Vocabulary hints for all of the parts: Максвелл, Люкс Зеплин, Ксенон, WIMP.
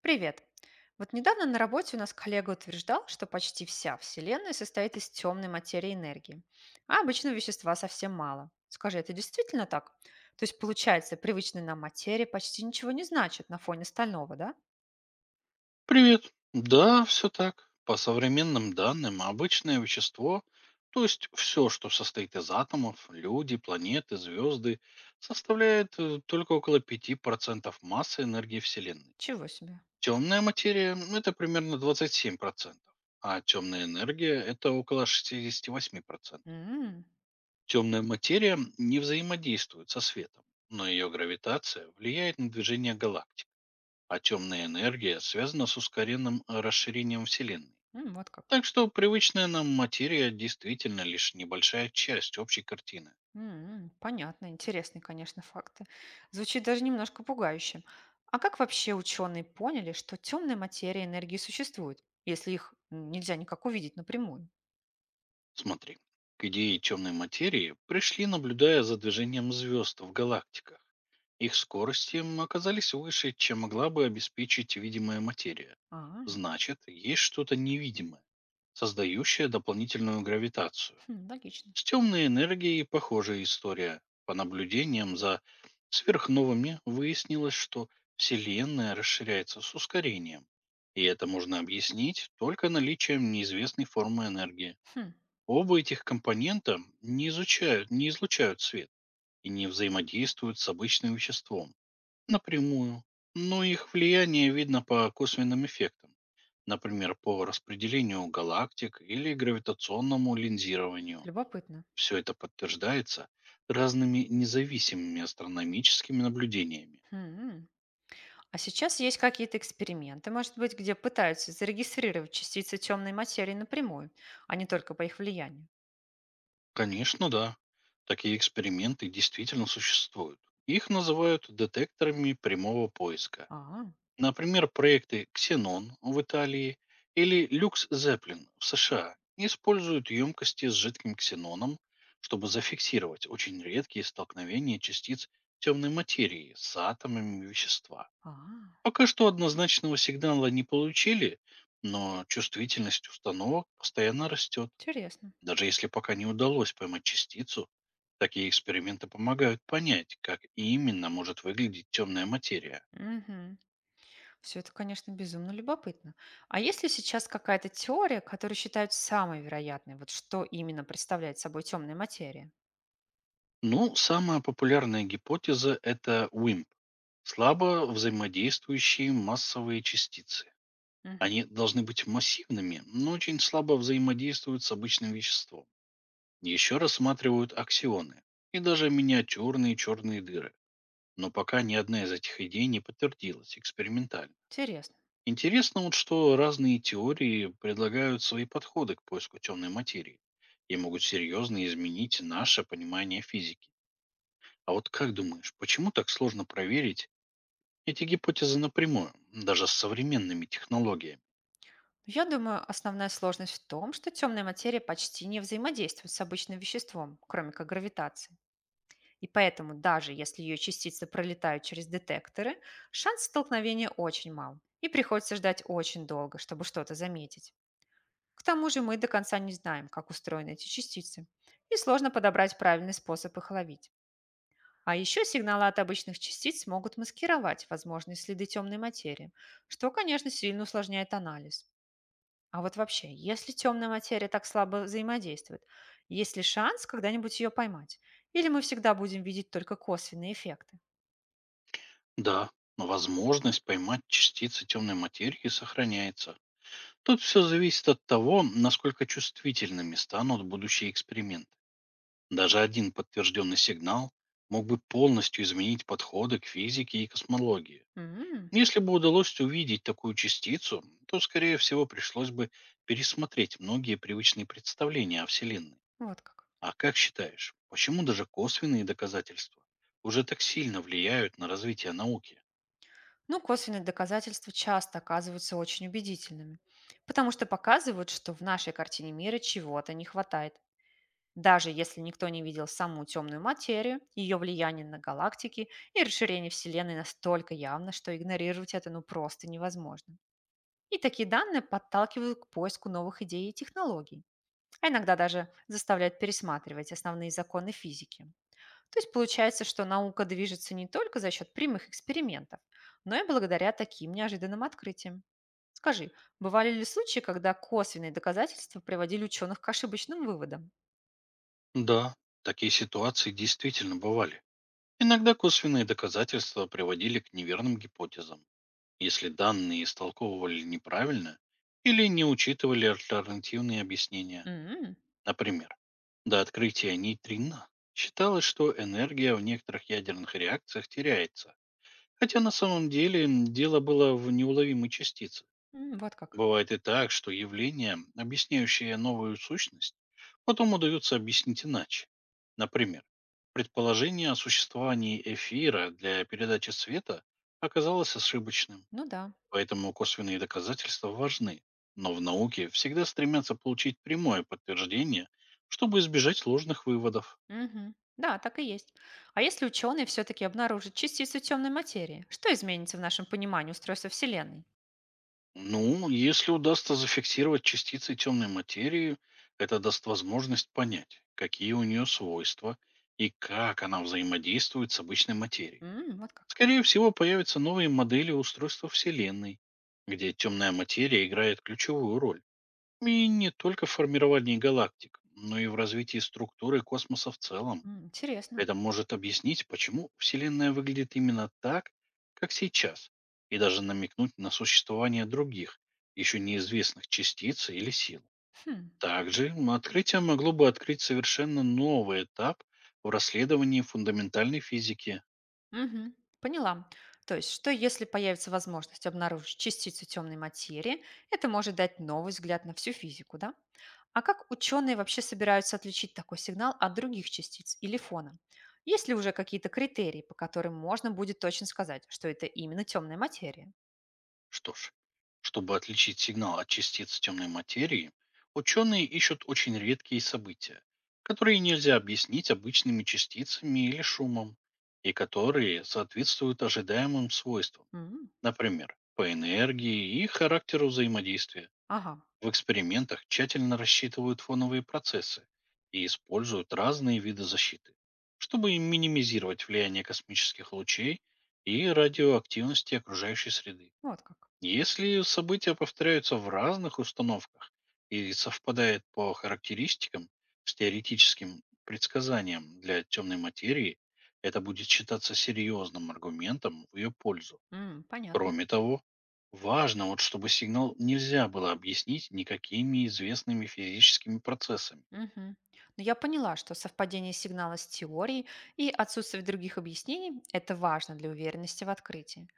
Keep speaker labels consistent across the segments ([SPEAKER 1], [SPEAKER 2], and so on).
[SPEAKER 1] Привет! Вот недавно на работе у нас коллега утверждал, что почти вся Вселенная состоит из темной материи и энергии, а обычного вещества совсем мало. Скажи, это действительно так? То есть, получается, привычная нам материя почти ничего не значит на фоне стального, да?
[SPEAKER 2] Привет. Да, все так. По современным данным, обычное вещество, то есть все, что состоит из атомов, люди, планеты, звезды, составляет только около 5% массы энергии Вселенной.
[SPEAKER 1] Чего себе?
[SPEAKER 2] Темная материя — это примерно 27%, а темная энергия — это около 68%.
[SPEAKER 1] М,
[SPEAKER 2] Темная материя не взаимодействует со светом, но ее гравитация влияет на движение галактик, а темная энергия связана с ускоренным расширением Вселенной.
[SPEAKER 1] м, вот как.
[SPEAKER 2] Так что привычная нам материя действительно лишь небольшая часть общей картины.
[SPEAKER 1] М, понятно, интересные, конечно, факты. Звучит даже немножко пугающе. А как вообще ученые поняли, что темная материя и энергии существуют, если их нельзя никак увидеть напрямую?
[SPEAKER 2] Смотри, к идее темной материи пришли, наблюдая за движением звезд в галактиках. Их скорости оказались выше, чем могла бы обеспечить видимая материя.
[SPEAKER 1] А.
[SPEAKER 2] Значит, есть что-то невидимое, создающее дополнительную гравитацию.
[SPEAKER 1] Хм, логично.
[SPEAKER 2] С темной энергией похожая история. По наблюдениям за сверхновыми выяснилось, что Вселенная расширяется с ускорением. И это можно объяснить только наличием неизвестной формы энергии.
[SPEAKER 1] Хм,
[SPEAKER 2] Оба этих компонента не излучают свет и не взаимодействуют с обычным веществом напрямую. Но их влияние видно по косвенным эффектам, например, по распределению галактик или гравитационному линзированию.
[SPEAKER 1] любопытно.
[SPEAKER 2] Все это подтверждается разными независимыми астрономическими наблюдениями.
[SPEAKER 1] Хм. А сейчас есть какие-то эксперименты, может быть, где пытаются зарегистрировать частицы темной материи напрямую, а не только по их влиянию.
[SPEAKER 2] Конечно, да. Такие эксперименты действительно существуют. Их называют детекторами прямого поиска.
[SPEAKER 1] А,
[SPEAKER 2] Например, проекты «Ксенон» в Италии или «Люкс Зеплин» в США используют емкости с жидким ксеноном, чтобы зафиксировать очень редкие столкновения частиц темной материи с атомами вещества.
[SPEAKER 1] а,
[SPEAKER 2] Пока что однозначного сигнала не получили, но чувствительность установок постоянно растет.
[SPEAKER 1] интересно.
[SPEAKER 2] Даже если пока не удалось поймать частицу, такие эксперименты помогают понять, как именно может выглядеть темная материя.
[SPEAKER 1] Все это, конечно, безумно любопытно. А есть ли сейчас какая-то теория, которую считают самой вероятной, вот что именно представляет собой темная материя?
[SPEAKER 2] Ну, самая популярная гипотеза — это WIMP — слабо взаимодействующие массовые частицы.
[SPEAKER 1] Мгм.
[SPEAKER 2] Они должны быть массивными, но очень слабо взаимодействуют с обычным веществом. Еще рассматривают аксионы и даже миниатюрные черные дыры. Но пока ни одна из этих идей не подтвердилась экспериментально.
[SPEAKER 1] Интересно.
[SPEAKER 2] Интересно вот, что разные теории предлагают свои подходы к поиску темной материи и могут серьезно изменить наше понимание физики. А вот как думаешь, почему так сложно проверить эти гипотезы напрямую, даже с современными технологиями?
[SPEAKER 1] Я думаю, основная сложность в том, что темная материя почти не взаимодействует с обычным веществом, кроме как гравитации. И поэтому, даже если ее частицы пролетают через детекторы, шанс столкновения очень мал. И приходится ждать очень долго, чтобы что-то заметить. К тому же мы до конца не знаем, как устроены эти частицы. И сложно подобрать правильный способ их ловить. А еще сигналы от обычных частиц могут маскировать возможные следы темной материи, что, конечно, сильно усложняет анализ. А вот вообще, если темная материя так слабо взаимодействует, есть ли шанс когда-нибудь ее поймать? Или мы всегда будем видеть только косвенные эффекты?
[SPEAKER 2] Да, но возможность поймать частицы темной материи сохраняется. Тут все зависит от того, насколько чувствительными станут будущие эксперименты. Даже один подтвержденный сигнал мог бы полностью изменить подходы к физике и космологии.
[SPEAKER 1] М,
[SPEAKER 2] Если бы удалось увидеть такую частицу, то, скорее всего, пришлось бы пересмотреть многие привычные представления о Вселенной.
[SPEAKER 1] вот как.
[SPEAKER 2] А как считаешь, почему даже косвенные доказательства уже так сильно влияют на развитие науки?
[SPEAKER 1] Ну, косвенные доказательства часто оказываются очень убедительными, потому что показывают, что в нашей картине мира чего-то не хватает. Даже если никто не видел саму темную материю, ее влияние на галактики и расширение Вселенной настолько явно, что игнорировать это ну просто невозможно. И такие данные подталкивают к поиску новых идей и технологий, а иногда даже заставляют пересматривать основные законы физики. То есть получается, что наука движется не только за счет прямых экспериментов, но и благодаря таким неожиданным открытиям. Скажи, бывали ли случаи, когда косвенные доказательства приводили ученых к ошибочным выводам?
[SPEAKER 2] Да, такие ситуации действительно бывали. Иногда косвенные доказательства приводили к неверным гипотезам, если данные истолковывали неправильно или не учитывали альтернативные объяснения.
[SPEAKER 1] М,
[SPEAKER 2] Например, до открытия нейтрина считалось, что энергия в некоторых ядерных реакциях теряется, хотя на самом деле дело было в неуловимой частице.
[SPEAKER 1] м, вот как.
[SPEAKER 2] Бывает и так, что явления, объясняющие новую сущность, потом удается объяснить иначе. Например, предположение о существовании эфира для передачи света оказалось ошибочным.
[SPEAKER 1] Ну да.
[SPEAKER 2] Поэтому косвенные доказательства важны. Но в науке всегда стремятся получить прямое подтверждение, чтобы избежать сложных выводов.
[SPEAKER 1] Мгм. Да, так и есть. А если ученые все-таки обнаружат частицу темной материи, что изменится в нашем понимании устройства Вселенной?
[SPEAKER 2] Ну, если удастся зафиксировать частицы темной материи, это даст возможность понять, какие у нее свойства и как она взаимодействует с обычной материей.
[SPEAKER 1] М, вот как.
[SPEAKER 2] Скорее всего, появятся новые модели устройства Вселенной, где темная материя играет ключевую роль. И не только в формировании галактик, но и в развитии структуры космоса в целом.
[SPEAKER 1] М, интересно.
[SPEAKER 2] Это может объяснить, почему Вселенная выглядит именно так, как сейчас, и даже намекнуть на существование других, еще неизвестных частиц или сил.
[SPEAKER 1] Хм.
[SPEAKER 2] Также открытие могло бы открыть совершенно новый этап в расследовании фундаментальной физики.
[SPEAKER 1] Мгм. Поняла. То есть, что если появится возможность обнаружить частицу темной материи, это может дать новый взгляд на всю физику, да? А как ученые вообще собираются отличить такой сигнал от других частиц или фона? Есть ли уже какие-то критерии, по которым можно будет точно сказать, что это именно темная материя?
[SPEAKER 2] Что ж, чтобы отличить сигнал от частиц темной материи, ученые ищут очень редкие события, которые нельзя объяснить обычными частицами или шумом, и которые соответствуют ожидаемым свойствам.
[SPEAKER 1] М,
[SPEAKER 2] Например, по энергии и характеру взаимодействия.
[SPEAKER 1] ага,
[SPEAKER 2] В экспериментах тщательно рассчитывают фоновые процессы и используют разные виды защиты, чтобы минимизировать влияние космических лучей и радиоактивности окружающей среды.
[SPEAKER 1] вот как.
[SPEAKER 2] Если события повторяются в разных установках и совпадают по характеристикам с теоретическим предсказанием для темной материи, это будет считаться серьезным аргументом в ее пользу.
[SPEAKER 1] М, понятно.
[SPEAKER 2] Кроме того, важно, вот, чтобы сигнал нельзя было объяснить никакими известными физическими процессами.
[SPEAKER 1] Мгм. Но я поняла, что совпадение сигнала с теорией и отсутствие других объяснений– это важно для уверенности в открытии.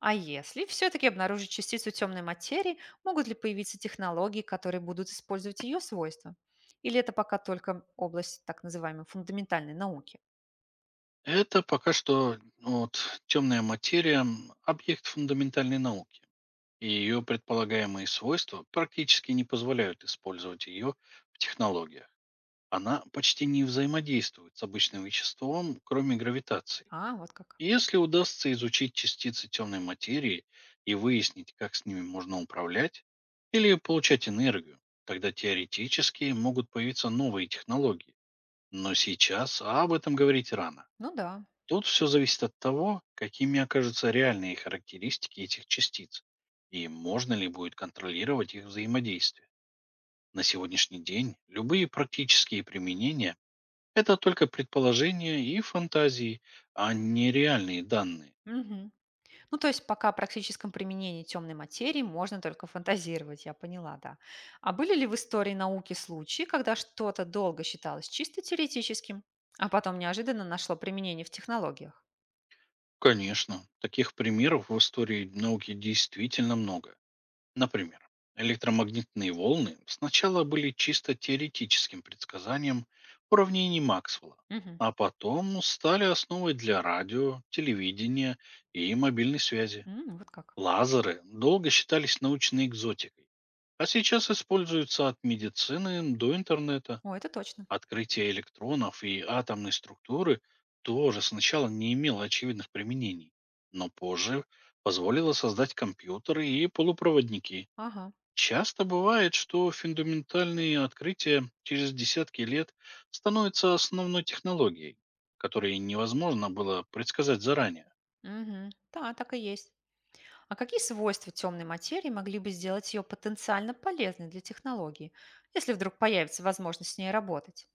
[SPEAKER 1] А если все-таки обнаружить частицу темной материи, могут ли появиться технологии, которые будут использовать ее свойства? Или это пока только область так называемой фундаментальной науки?
[SPEAKER 2] Это пока что ну, вот, темная материя — объект фундаментальной науки, и ее предполагаемые свойства практически не позволяют использовать ее в технологиях. Она почти не взаимодействует с обычным веществом, кроме гравитации.
[SPEAKER 1] А, вот как.
[SPEAKER 2] Если удастся изучить частицы темной материи и выяснить, как с ними можно управлять или получать энергию, тогда теоретически могут появиться новые технологии. Но сейчас об этом говорить рано.
[SPEAKER 1] Ну да.
[SPEAKER 2] Тут все зависит от того, какими окажутся реальные характеристики этих частиц и можно ли будет контролировать их взаимодействие. На сегодняшний день любые практические применения — это только предположения и фантазии, а не реальные данные.
[SPEAKER 1] Мгм. Ну, то есть пока о практическом применении темной материи можно только фантазировать, я поняла, да. А были ли в истории науки случаи, когда что-то долго считалось чисто теоретическим, а потом неожиданно нашло применение в технологиях?
[SPEAKER 2] Конечно, таких примеров в истории науки действительно много. Например, электромагнитные волны сначала были чисто теоретическим предсказанием уравнений Максвелла,
[SPEAKER 1] Мгм.
[SPEAKER 2] а потом стали основой для радио, телевидения и мобильной связи.
[SPEAKER 1] М, вот как.
[SPEAKER 2] Лазеры долго считались научной экзотикой, а сейчас используются от медицины до интернета.
[SPEAKER 1] О, это точно.
[SPEAKER 2] Открытие электронов и атомной структуры тоже сначала не имело очевидных применений, но позже позволило создать компьютеры и полупроводники.
[SPEAKER 1] Ага.
[SPEAKER 2] Часто бывает, что фундаментальные открытия через десятки лет становятся основной технологией, которой невозможно было предсказать заранее.
[SPEAKER 1] Мгм. Да, так и есть. А какие свойства темной материи могли бы сделать ее потенциально полезной для технологии, если вдруг появится возможность с ней работать?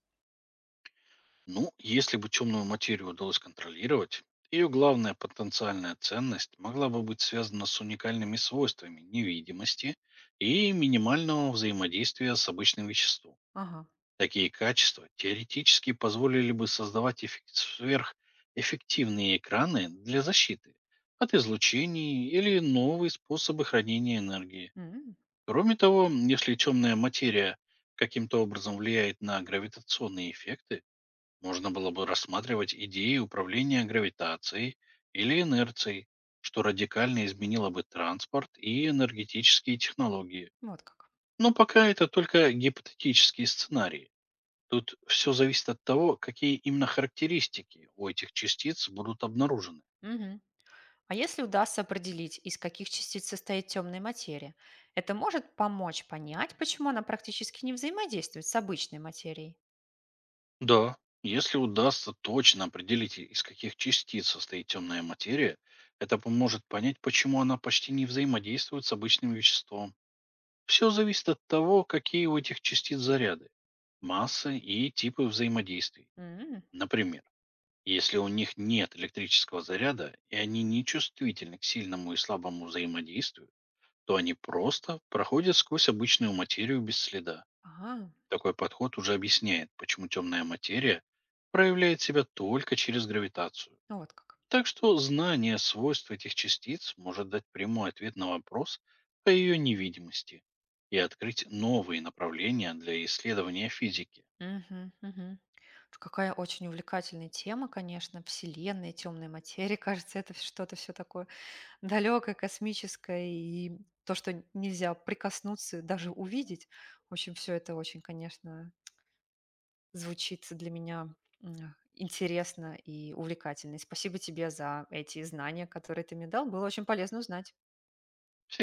[SPEAKER 2] Ну, если бы темную материю удалось контролировать, ее главная потенциальная ценность могла бы быть связана с уникальными свойствами невидимости и минимального взаимодействия с обычным веществом.
[SPEAKER 1] Ага.
[SPEAKER 2] Такие качества теоретически позволили бы создавать сверхэффективные экраны для защиты от излучений или новые способы хранения энергии.
[SPEAKER 1] М,
[SPEAKER 2] Кроме того, если темная материя каким-то образом влияет на гравитационные эффекты, можно было бы рассматривать идеи управления гравитацией или инерцией, что радикально изменило бы транспорт и энергетические технологии.
[SPEAKER 1] вот как.
[SPEAKER 2] Но пока это только гипотетические сценарии. Тут все зависит от того, какие именно характеристики у этих частиц будут обнаружены.
[SPEAKER 1] Мгм. А если удастся определить, из каких частиц состоит темная материя, это может помочь понять, почему она практически не взаимодействует с обычной материей.
[SPEAKER 2] Да, если удастся точно определить, из каких частиц состоит темная материя, это поможет понять, почему она почти не взаимодействует с обычным веществом. Все зависит от того, какие у этих частиц заряды, массы и типы взаимодействий.
[SPEAKER 1] М,
[SPEAKER 2] Например, если у них нет электрического заряда и они не чувствительны к сильному и слабому взаимодействию, то они просто проходят сквозь обычную материю без следа.
[SPEAKER 1] ага,
[SPEAKER 2] Такой подход уже объясняет, почему темная материя проявляет себя только через гравитацию.
[SPEAKER 1] ну вот как.
[SPEAKER 2] Так что знание свойств этих частиц может дать прямой ответ на вопрос о ее невидимости и открыть новые направления для исследования физики.
[SPEAKER 1] Мгм, мгм. Какая очень увлекательная тема, конечно, Вселенная, темная материя. Кажется, это что-то все такое далекое, космическое, и то, что нельзя прикоснуться, даже увидеть. В общем, все это очень, конечно, звучит для меня интересно и увлекательно. И спасибо тебе за эти знания, которые ты мне дал. Было очень полезно узнать.